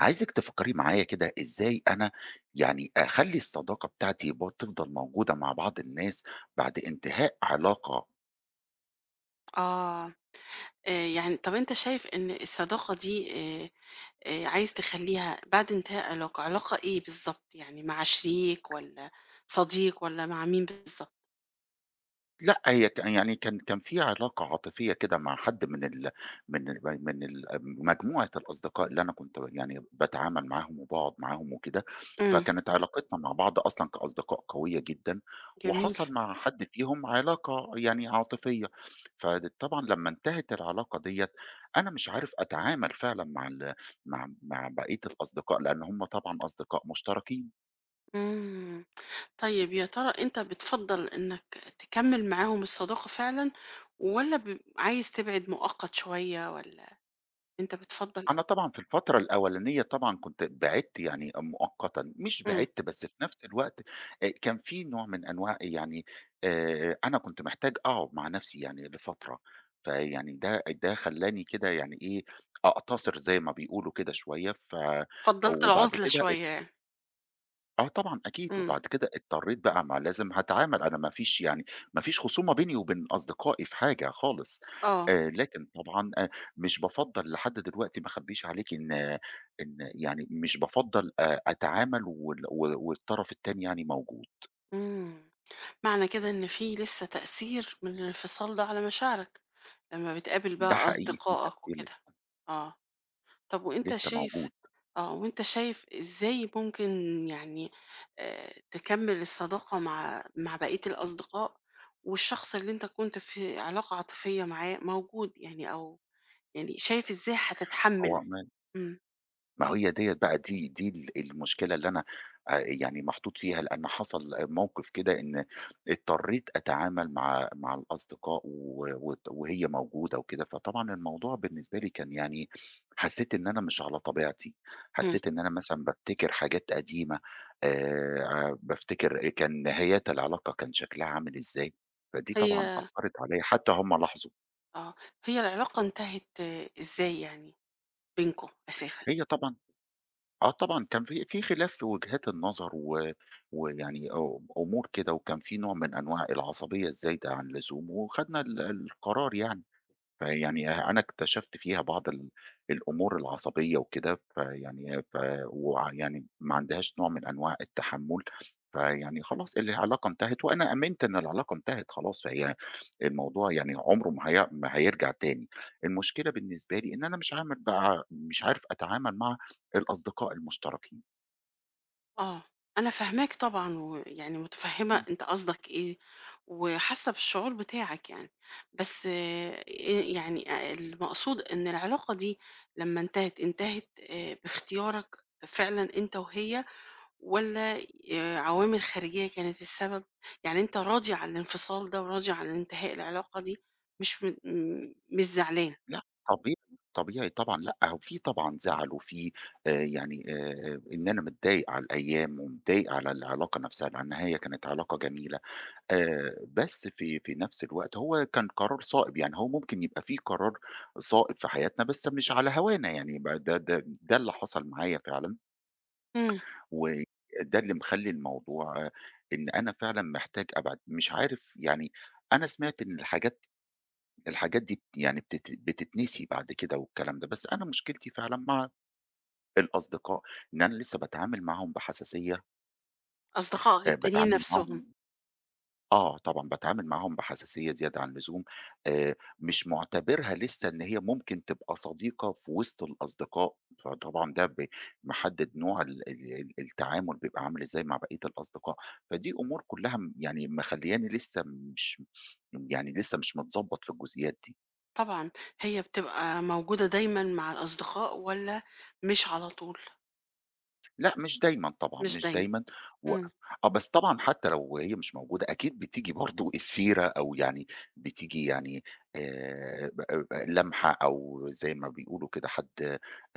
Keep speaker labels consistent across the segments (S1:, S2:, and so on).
S1: عايزِك تفكّري معايا كده، إزاي أنا يعني أخلّي الصداقة بتاعتي تفضل موجودة مع بعض الناس بعد انتهاء علاقة.
S2: آه، يعني طَب أنت شايف إن الصداقة دي آآ عايز تخلّيها بعد انتهاء علاقة، علاقة إيه بالضبط؟ يعني مع شريك والّا صديق والّا مع مين بالضبط؟
S1: لأ، هي يعني كان في علاقة عاطفية كده مع حد من ال مجموعة الأصدقاء اللي أنا كنت يعني باتعامل معاهم وباقعد معاهم وكده.
S2: إمم.
S1: فكانت علاقتنا مع بعض أصلًا كأصدقاء قوية جدًا،
S2: جميل.
S1: وحصل مع حد فيهم علاقة يعني عاطفية. فطبعًا لمّا انتهت العلاقة ديّة، أنا مش عارف أتعامل فعلًا مع ال مع مع بقية الأصدقاء، لأن هم طبعًا أصدقاء مشتركين.
S2: إمم. طيب، يا ترى أنت بتفضّل إنك تكمّل معاهم الصداقة فعلًا، والّا عايز تبعد مؤقت شوية، والّا أنت بتفضّل
S1: أنا
S2: إيه؟
S1: طبعًا في الفترة الأولانية طبعًا كنت بعِدت يعني مؤقتًا، مش
S2: إمم.
S1: بعِدت بس في نفس الوقت كان في نوع من أنواع يعني، أنا كنت محتاج أقعد مع نفسي يعني لفترة. فيعني ده خلّاني كده يعني إيه، أقتصر زي ما بيقولوا كده شوية.
S2: فضّلت
S1: وبعد
S2: العُزلة
S1: كده
S2: شوية يعني.
S1: آه طبعًا أكيد.
S2: إمم.
S1: وبعد كده اضطريت بقى، ما لازم هاتعامل، أنا ما فيش خصومة بيني وبين أصدقائي في حاجة خالص.
S2: آه.
S1: لكن طبعًا مش بافضّل لحد دلوقتي، ما اخبّيش عليكِ إن يعني مش بافضّل أتعامل والطرف التاني يعني موجود.
S2: إمم. معنى كده إن في لسه تأثير من الانفصال ده على مشاعرك لما بتقابل
S1: ده
S2: بقى
S1: حقيقي في
S2: أصدقائك
S1: تأثير
S2: وكده.
S1: لسه
S2: آه، طب وأنت
S1: لسه
S2: شايف.
S1: موجود.
S2: آه، وأنت شايف إزاي ممكن يعني تكمل الصداقة مع بقية الأصدقاء، والشخص اللي أنت كنت في علاقة عاطفية معاه موجود يعني، أو يعني شايف إزاي
S1: هو
S2: هتتحمل؟
S1: ما
S2: إمم.
S1: ما هي ديّة بقى دي دي ال المشكلة اللي أنا يعني محطوط فيها، لأن حصل موقف كده إن اضطريت أتعامل مع الأصدقاء و وت وهي موجودة وكده. فطبعًا الموضوع بالنسبة لي كان يعني، حسّيت إن أنا مش على طبيعتي،
S2: إمم.
S1: حسّيت إن أنا مثلًا بافتكر حاجات قديمة، بافتكر كان نهايات العلاقة كان شكلها عامل إزاي. فدي
S2: هي
S1: طبعًا أثّرت عليّا حتى هم لاحظوا.
S2: آه، هي العلاقة انتهت إزاي يعني بينكم أساسًا؟
S1: هي طبعًا، آه طبعًا كان في خلاف في وجهات النظر ويعني أو أمور كده، وكان في نوع من أنواع العصبية الزايدة عن اللزوم، وخدنا القرار يعني. فيعني أنا اكتشفت فيها بعض الأمور العصبية وكده، فيعني ويعني ما عندهاش نوع من أنواع التحمُّل. فيعني خلاص العلاقة انتهت، وأنا آمنت إن العلاقة انتهت خلاص. الموضوع يعني عمره ما هيرجع تاني. المشكلة بالنسبة لي إن أنا مش عامل بقى مش عارف أتعامل مع الأصدقاء المشتركين.
S2: آه، أنا فاهماك طبعًا، ويعني متفهمة أنت قصدك إيه، وحاسة بالشعور بتاعك يعني. بس يعني المقصود إن العلاقة دي لما انتهت، انتهت باختيارك فعلًا أنت وهي، والّا عوامل خارجية كانت السبب؟ يعني أنت راضي عن الانفصال ده وراضي عن انتهاء العلاقة دي، مش م م مش زعلان.
S1: لأ، طبيعي، طبيعي طبعًا، لأ هو في طبعًا زعل، وفي يعني، إن أنا متضايق على الأيام ومتضايق على العلاقة نفسها، لأن هي كانت علاقة جميلة. بس في نفس الوقت هو كان قرار صائب، يعني هو ممكن يبقى في قرار صائب في حياتنا بس مش على هوانا، يعني ب ده ده ده اللي حصل معايا فعلًا.
S2: إمم.
S1: وده اللي مخلّي الموضوع، إن أنا فعلًا محتاج أبعد، مش عارف يعني. أنا سمعت إن الحاجات، الحاجات دي ب يعني بتت بتتنسي بعد كده والكلام ده. بس أنا مشكلتي فعلًا مع الأصدقاء، إن أنا لسه باتعامل معاهم بحساسية.
S2: أصدقائك التانيين
S1: باتعامل معاهم
S2: نفسهم.
S1: إمم. آه طبعًا، باتعامل معاهم بحساسية زيادة عن اللزوم. مش معتبرها لسه إن هي ممكن تبقى صديقة في وسط الأصدقاء. فطبعًا ده محدد نوع ال ال ال التعامل بيبقى عامل إزاي مع بقية الأصدقاء. فدي أمور كلها، يعني مخلياني لسه مش متضبط في الجزئيات دي.
S2: طبعًا. هي بتبقى موجودة دايمًا مع الأصدقاء، والّا مش على طول؟
S1: لأ مش دايمًا طبعًا،
S2: مش
S1: مش
S2: دايمًا.
S1: دايمًا و
S2: إمم.
S1: آه. بس طبعًا حتى لو هي مش موجودة، أكيد بتيجي برضه السيرة، أو يعني بتيجي يعني، ب ب لمحة، أو زي ما بيقولوا كده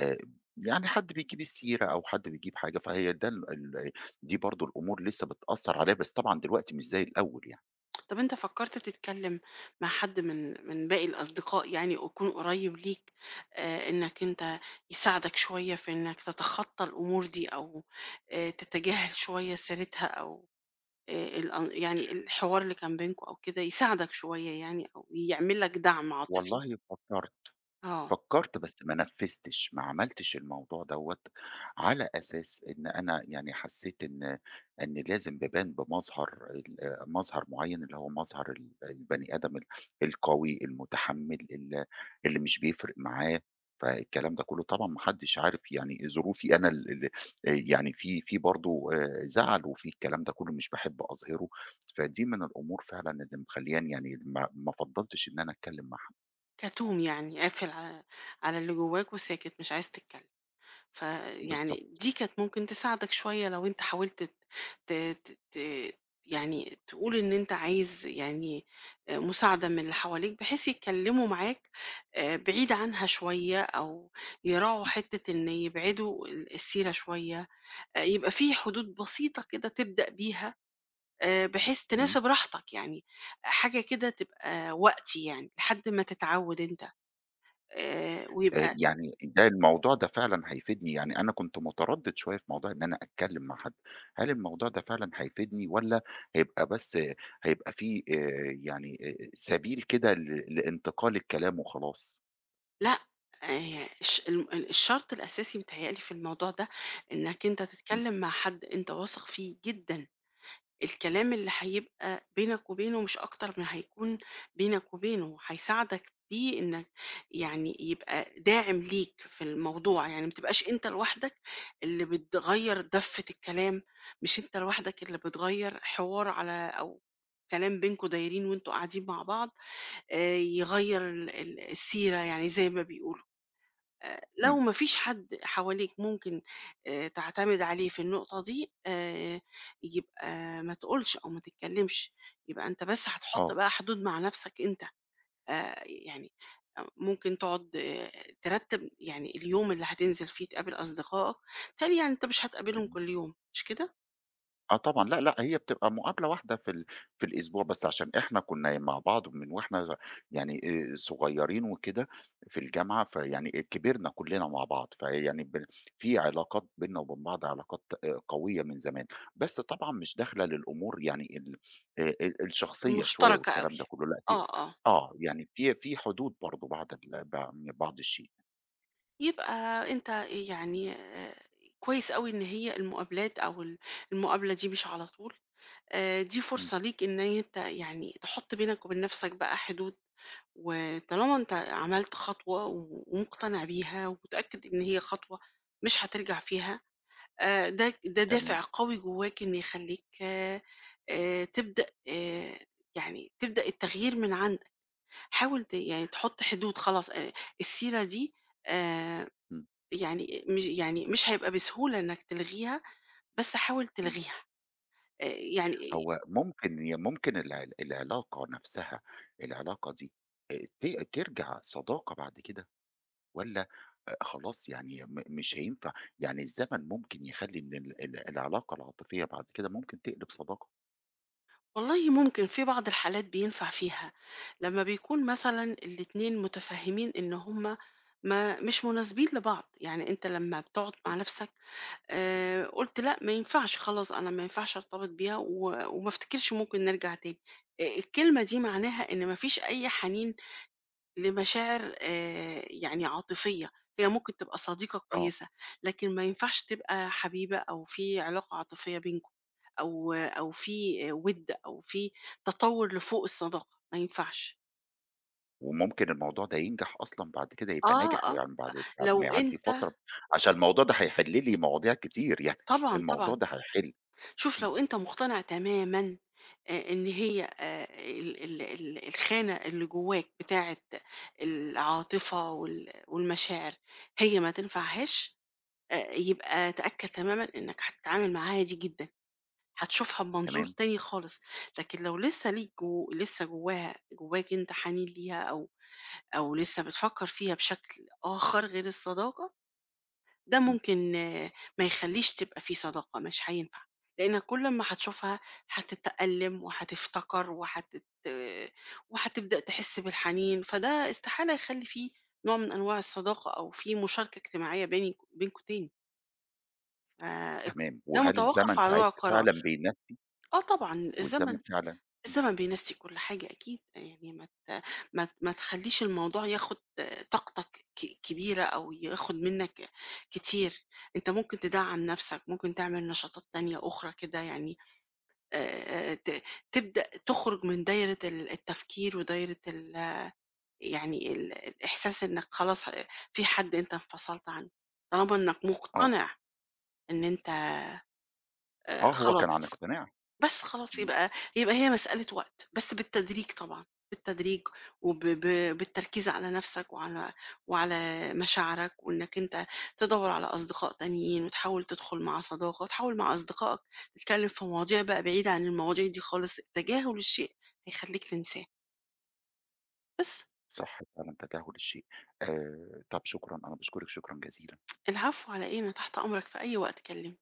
S1: آآ حد بيجيب السيرة أو حد بيجيب حاجة. فهي ده ال ال دي برضه الأمور لسه بتأثّر عليّا، بس طبعًا دلوقتي مش زي الأول يعني.
S2: طب أنت فكّرت تتكلم مع حد من باقي الأصدقاء، يعني ويكون قريب ليك، إنك أنت يساعدك شوية في إنك تتخطى الأمور دي، أو تتجاهل شوية سيرتها، أو الأن يعني الحوار اللي كان بينكم أو كده يساعدك شوية يعني، أو يعمل لك دعم عاطفي؟
S1: والله فكّرت.
S2: آه،
S1: فكّرت بس ما نفّذتش، ما عملتش الموضوع دوّة، على أساس إن أنا يعني حسّيت إن لازم بابان بمظهر، مظهر معيّن، اللي هو مظهر البني آدم القوي، المتحمّل، اللي مش بيفرق معاه. فالكلام ده كُلّه طبعًا، ما حدّش عارف يعني ظروفي أنا، ال ال يعني في برضه زعل، وفي الكلام ده كُلّه مش باحب أظهره. فدي من الأمور فعلًا اللي مخلّياني يعني ما فضّلتش إن أنا أتكلّم مع حد.
S2: كتوم، يعني قافل على اللي جواك وساكت، مش عايز تتكلم. فيعني
S1: بالضبط.
S2: دي كانت ممكن تساعدك شوية لو أنت حاولت ت... ت... ت- يعني تقول إن أنت عايز، يعني مساعدة من اللي حواليك، بحيث يتكلموا معاك، بعيد عنها شوية، أو يراعوا
S1: إمم.
S2: حتة إن يبعدوا السيرة شوية، يبقى في حدود بسيطة كده تبدأ بيها، بحيث
S1: إمم.
S2: تناسب راحتك يعني، حاجة كده تبقى وقتي يعني لحد ما تتعود أنت، ويبقى.
S1: يعني ده الموضوع ده فعلًا هيفيدني، يعني أنا كنت متردد شوية في موضوع إن أنا أتكلّم مع حد، هل الموضوع ده فعلًا هيفيدني، والّا هيبقى بس هيبقى في يعني سبيل كده لانتقال الكلام وخلاص؟
S2: لأ، الشرط الأساسي متهيأ لي في الموضوع ده إنك أنت
S1: إمم.
S2: تتكلم مع حد أنت واثق فيه جدًا، الكلام اللي هيبقى بينك وبينه مش أكتر ما هيكون بينك وبينه، هيساعدك بيه إنك يعني يبقى داعم ليك في الموضوع، يعني ما تبقاش أنت لوحدك اللي بتغيّر دَفّة الكلام، مش أنت لوحدك اللي بتغيّر حوار على، أو كلام بينكم دايرين وأنتم قاعدين مع بعض، يغيّر ال ال السيرة يعني زي ما بيقولوا.
S1: إمم.
S2: لو
S1: إمم.
S2: ما فيش حد حواليك ممكن تعتمد عليه في النقطة دي، يبقى ما تقولش أو ما تتكلمش، يبقى أنت بس هتحط
S1: آه،
S2: بقى حدود مع نفسك أنت. يعني ممكن تقعد، ترتب يعني اليوم اللي هتنزل فيه تقابل أصدقائك. بيتهيأ لي يعني أنت مش هتقابلهم
S1: جميل.
S2: كل يوم، مش كده؟
S1: آه طبعًا، لأ، لأ، هي بتبقى مقابلة واحدة في الأسبوع، بس عشان إحنا كنا مع بعض من وإحنا، يعني صغيرين وكده في الجامعة. فيعني إيه، كبرنا كلّنا مع بعض، فيعني في علاقات بيننا وبين بعض، علاقات قوية من زمان. بس طبعًا مش داخلة للأمور، يعني ال ال الشخصية شوية،
S2: المشتركة أوي.
S1: والكلام ده كلّه. لأ في،
S2: آه، آه،
S1: يعني في حدود برضه بعض ال ب يعني بعض الشيء.
S2: يبقى أنت يعني كويس أوي إن هي المقابلات، أو المقابلة دي مش على طول. آه، دي
S1: إمم.
S2: فرصة ليك إن أنت يعني تحط بينك وبين نفسك بقى حدود، وطالما أنت عملت خطوة ومقتنع بيها ومتأكد إن هي خطوة مش هترجع فيها، ده
S1: تمام.
S2: دافع قوي جواك إن يخليك، تبدأ، يعني تبدأ التغيير من عندك، حاول يعني تحط حدود. خلاص، السيرة دي آه،
S1: إمم.
S2: يعني مش هيبقى بسهولة إنك تلغيها، بس حاول
S1: إمم.
S2: تلغيها. آه، يعني
S1: هو ممكن، هي ممكن العلاقة نفسها، العلاقة دي ت ترجع صداقة بعد كده، والّا خلاص يعني مش هينفع؟ يعني الزمن ممكن يخلّي إن ال ال العلاقة العاطفية بعد كده ممكن تقلب صداقة.
S2: والله ممكن في بعض الحالات بينفع فيها لما بيكون مثلا الاتنين متفاهمين ان هما ما مش مناسبين لبعض. يعني انت لما بتقعد مع نفسك آه قلت لا ما ينفعش، خلاص انا ما ينفعش ارتبط بيها، وما افتكرش ممكن نرجع تاني. آه، الكلمة دي معناها ان ما فيش اي حنين لمشاعر يعني عاطفية. هي ممكن تبقى صديقة
S1: آه.
S2: كويسة، لكن ما ينفعش تبقى حبيبة او في علاقة عاطفية بينكم، أو في وِدّ، أو في تطوُّر لفوق الصداقة، ما ينفعش.
S1: وممكن الموضوع ده ينجح أصلًا بعد كده، يبقى
S2: آه،
S1: ناجح
S2: آه،
S1: يعني، بعد ما
S2: لو
S1: يعدّي
S2: أنت.
S1: فترة، عشان الموضوع ده هيحل لي مواضيع كتير يعني،
S2: طبعًا، طبعًا.
S1: الموضوع ده هيحل.
S2: شوف
S1: إمم.
S2: لو أنت مقتنع تمامًا إن هي ال ال ال الخانة اللي جوّاك بتاعة العاطفة والمشاعر هي ما تنفعهاش، يبقى تأكّد تمامًا إنّك هتتعامل معاها هادي جدًا، هتشوفها بمنظور
S1: تمام.
S2: تاني خالص. لكن لو لسّه ليك جو لسّه جواها جواك أنت حنين ليها، أو لسه بتفكّر فيها بشكل آخر غير الصداقة، ده
S1: إمم.
S2: ممكن ما يخلّيش تبقى في صداقة، مش هينفع، لإنّك كل أمّا هتشوفها هتتألّم وهتفتكر وهتت آه، وهتبدأ تحس بالحنين، فده استحالة يخلّي في نوع من أنواع الصداقة، أو في مشاركة اجتماعية بينكم تاني. ف
S1: تمام.
S2: ده
S1: وهل
S2: متوقّف
S1: الزمن
S2: على نوع
S1: ساعتها
S2: القرار.
S1: فعلًا بينا؟
S2: آه طبعًا،
S1: والزمن
S2: الزمن.
S1: فعلًا.
S2: الزمن بينسي كل حاجة أكيد، يعني ما تخلّيش الموضوع ياخد طاقتك كبيرة، أو ياخد منّك كتير. أنت ممكن تدعّم نَفْسك، ممكن تعمل نشاطات تانية أخرى كده، يعني آآ ت تبدأ تخرج من دايرة التفكير، ودايرة ال يعني ال الإحساس إنّك خلاص، في حد أنت انفصلت عنّه، طالما إنّك
S1: آه.
S2: مقتنع إن أنت
S1: آه، هو كان عن
S2: خلاص.
S1: اقتناع.
S2: بس خلاص،
S1: إمم.
S2: يبقى هي مسألة وقت، بس بالتدريج طبعًا، بالتدريج وب ب بالتركيز على نَفْسك، وعلى مشاعرك، وإنّك أنت تدوّر على أصدقاء تانيين، وتحاول تدخُل مع صداقة، وتحاول مع أصدقائك تتكلّم في مواضيع بقى بعيدة عن المواضيع دي خالص. تجاهل الشيء هيخلّيك تنساه. بس.
S1: صح فعلًا، تجاهل الشيء. طَب شكرًا، أنا باشكرِك شكرًا جزيلًا.
S2: العفو على إيه، أنا تحت أمرك في أي وقت كلّمني.